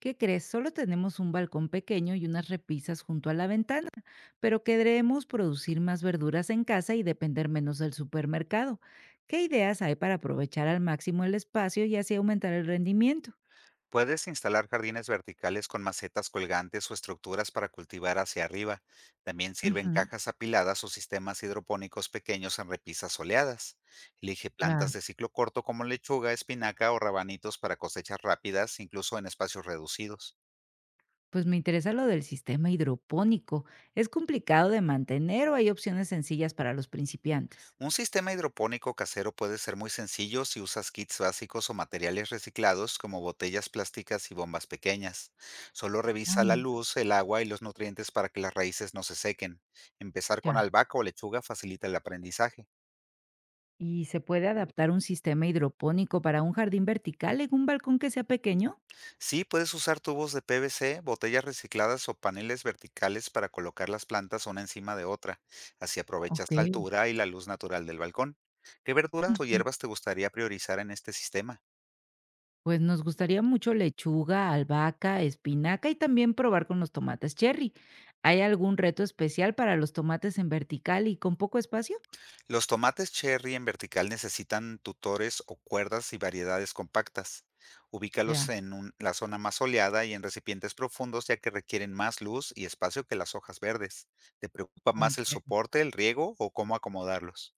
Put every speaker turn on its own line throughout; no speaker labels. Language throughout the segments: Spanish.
¿Qué crees? Solo tenemos un balcón pequeño y unas repisas junto a la ventana, pero queremos producir más verduras en casa y depender menos del supermercado. ¿Qué ideas hay para aprovechar al máximo el espacio y así aumentar el rendimiento?
Puedes instalar jardines verticales con macetas colgantes o estructuras para cultivar hacia arriba. También sirven
Ujú,
cajas apiladas o sistemas hidropónicos pequeños en repisas soleadas. Elige plantas
claro.
de ciclo corto como lechuga, espinaca o rabanitos para cosechas rápidas, incluso en espacios reducidos.
Pues me interesa lo del sistema hidropónico. ¿Es complicado de mantener o hay opciones sencillas para los principiantes?
Un sistema hidropónico casero puede ser muy sencillo si usas kits básicos o materiales reciclados como botellas plásticas y bombas pequeñas. Solo
Ah,
revisa la
mira,
luz, el agua y los nutrientes para que las raíces no se sequen. Empezar con
ya.
albahaca o lechuga facilita el aprendizaje.
¿Y se puede adaptar un sistema hidropónico para un jardín vertical en un balcón que sea pequeño?
Sí, puedes usar tubos de PVC, botellas recicladas o paneles verticales para colocar las plantas una encima de otra. Así aprovechas
Ok.
la altura y la luz natural del balcón. ¿Qué verduras o hierbas te gustaría priorizar en este sistema?
Pues nos gustaría mucho lechuga, albahaca, espinaca y también probar con los tomates cherry. ¿Hay algún reto especial para los tomates en vertical y con poco espacio?
Los tomates cherry en vertical necesitan tutores o cuerdas y variedades compactas. Ubícalos
Ya,
en la zona más soleada y en recipientes profundos, ya que requieren más luz y espacio que las hojas verdes. ¿Te preocupa más el
comprendo.
soporte, el riego o cómo acomodarlos?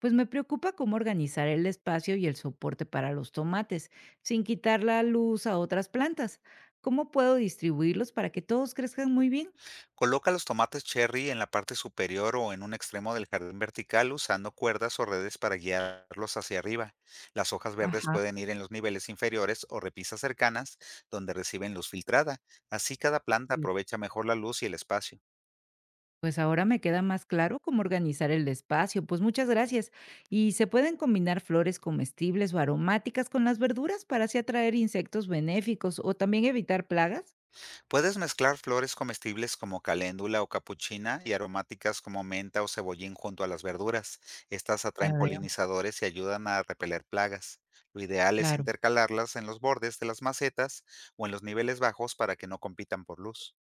Pues me preocupa cómo organizar el espacio y el soporte para los tomates, sin quitar la luz a otras plantas. ¿Cómo puedo distribuirlos para que todos crezcan muy bien?
Coloca los tomates cherry en la parte superior o en un extremo del jardín vertical usando cuerdas o redes para guiarlos hacia arriba. Las hojas verdes
Ajá.
pueden ir en los niveles inferiores o repisas cercanas donde reciben luz filtrada. Así cada planta aprovecha mejor la luz y el espacio.
Pues ahora me queda más claro cómo organizar el espacio. Pues muchas gracias. ¿Y se pueden combinar flores comestibles o aromáticas con las verduras para así atraer insectos benéficos o también evitar plagas?
Puedes mezclar flores comestibles como caléndula o capuchina y aromáticas como menta o cebollín junto a las verduras. Estas
Ya
atraen
veo,
polinizadores y ayudan a repeler plagas. Lo ideal es
claro.
intercalarlas en los bordes de las macetas o en los niveles bajos para que no compitan por luz.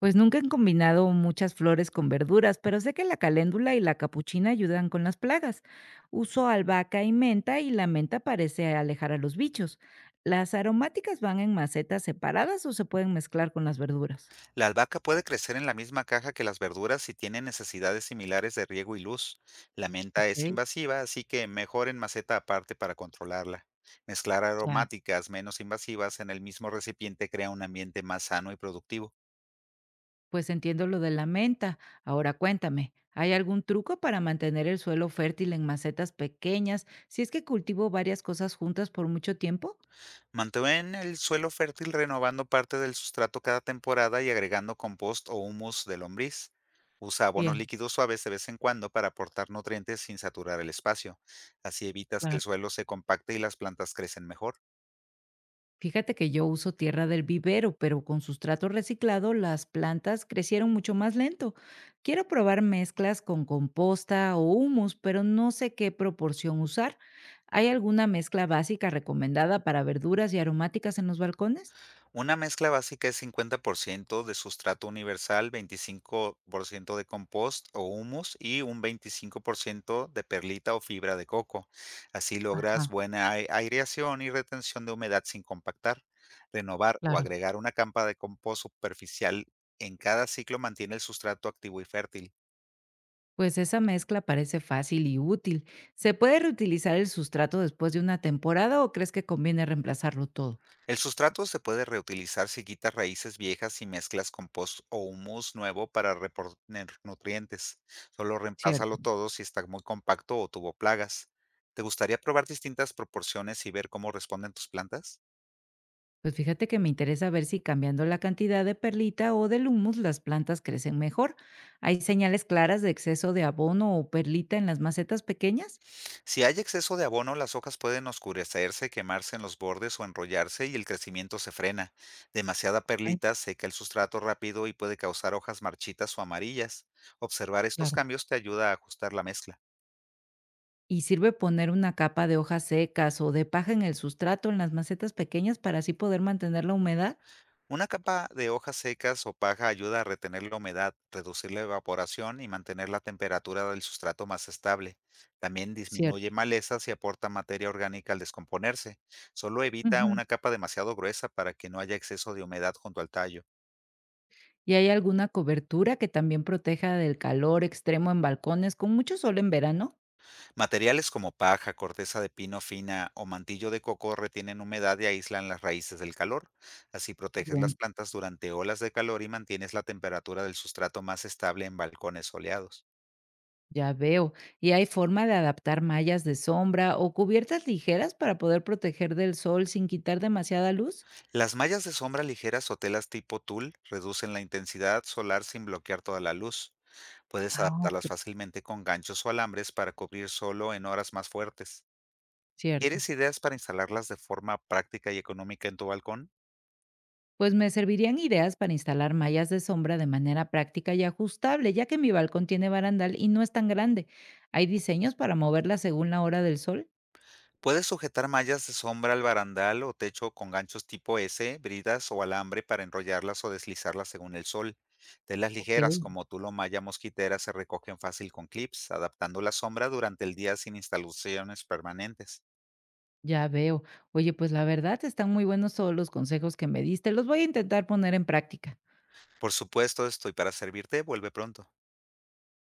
Pues nunca han combinado muchas flores con verduras, pero sé que la caléndula y la capuchina ayudan con las plagas. Uso albahaca y menta y la menta parece alejar a los bichos. ¿Las aromáticas van en macetas separadas o se pueden mezclar con las verduras?
La albahaca puede crecer en la misma caja que las verduras si tiene necesidades similares de riego y luz. La menta
Ok,
es invasiva, así que mejor en maceta aparte para controlarla. Mezclar
ya.
aromáticas menos invasivas en el mismo recipiente crea un ambiente más sano y productivo.
Pues entiendo lo de la menta. Ahora cuéntame, ¿hay algún truco para mantener el suelo fértil en macetas pequeñas si es que cultivo varias cosas juntas por mucho tiempo?
Mantén el suelo fértil renovando parte del sustrato cada temporada y agregando compost o humus de lombriz. Usa abonos
Bien,
líquidos suaves de vez en cuando para aportar nutrientes sin saturar el espacio. Así evitas que el
claro.
suelo se compacte y las plantas crecen mejor.
Fíjate que yo uso tierra del vivero, pero con sustrato reciclado las plantas crecieron mucho más lento. Quiero probar mezclas con composta o humus, pero no sé qué proporción usar. ¿Hay alguna mezcla básica recomendada para verduras y aromáticas en los balcones?
Una mezcla básica es 50% de sustrato universal, 25% de compost o humus y un 25% de perlita o fibra de coco. Así logras
Ajá,
buena aireación y retención de humedad sin compactar. Renovar o
claro.
agregar una campa de compost superficial en cada ciclo mantiene el sustrato activo y fértil.
Pues esa mezcla parece fácil y útil. ¿Se puede reutilizar el sustrato después de una temporada o crees que conviene reemplazarlo todo?
El sustrato se puede reutilizar si quitas raíces viejas y mezclas compost o humus nuevo para reponer nutrientes. Solo
Cierto.
reemplázalo todo si está muy compacto o tuvo plagas. ¿Te gustaría probar distintas proporciones y ver cómo responden tus plantas?
Pues fíjate que me interesa ver si cambiando la cantidad de perlita o del humus las plantas crecen mejor. ¿Hay señales claras de exceso de abono o perlita en las macetas pequeñas?
Si hay exceso de abono, las hojas pueden oscurecerse, quemarse en los bordes o enrollarse, y el crecimiento se frena. Demasiada
Ay,
perlita seca el sustrato rápido y puede causar hojas marchitas o amarillas. Observar estos
claro.
cambios te ayuda a ajustar la mezcla.
¿Y sirve poner una capa de hojas secas o de paja en el sustrato en las macetas pequeñas para así poder mantener la humedad?
Una capa de hojas secas o paja ayuda a retener la humedad, reducir la evaporación y mantener la temperatura del sustrato más estable. También
Cierto.
disminuye malezas y aporta materia orgánica al descomponerse. Solo evita
Ujú.
una capa demasiado gruesa para que no haya exceso de humedad junto al tallo.
¿Y hay alguna cobertura que también proteja del calor extremo en balcones con mucho sol en verano?
Materiales como paja, corteza de pino fina o mantillo de coco retienen humedad y aíslan las raíces del calor. Así proteges
Bien,
las plantas durante olas de calor y mantienes la temperatura del sustrato más estable en balcones soleados.
ya veo. ¿Y hay forma de adaptar mallas de sombra o cubiertas ligeras para poder proteger del sol sin quitar demasiada luz?
Las mallas de sombra ligeras o telas tipo tul reducen la intensidad solar sin bloquear toda la luz. Puedes
Ah, ok,
adaptarlas fácilmente con ganchos o alambres para cubrir solo en horas más fuertes.
cierto.
¿Quieres ideas para instalarlas de forma práctica y económica en tu balcón?
Pues me servirían ideas para instalar mallas de sombra de manera práctica y ajustable, ya que mi balcón tiene barandal y no es tan grande. ¿Hay diseños para moverlas según la hora del sol?
Puedes sujetar mallas de sombra al barandal o techo con ganchos tipo S, bridas o alambre para enrollarlas o deslizarlas según el sol. Telas
Ok.
ligeras como tul o malla mosquitera se recogen fácil con clips, adaptando la sombra durante el día sin instalaciones permanentes.
Ya veo. Oye, pues la verdad están muy buenos todos los consejos que me diste. Los voy a intentar poner en práctica.
Por supuesto, estoy para servirte. Vuelve pronto.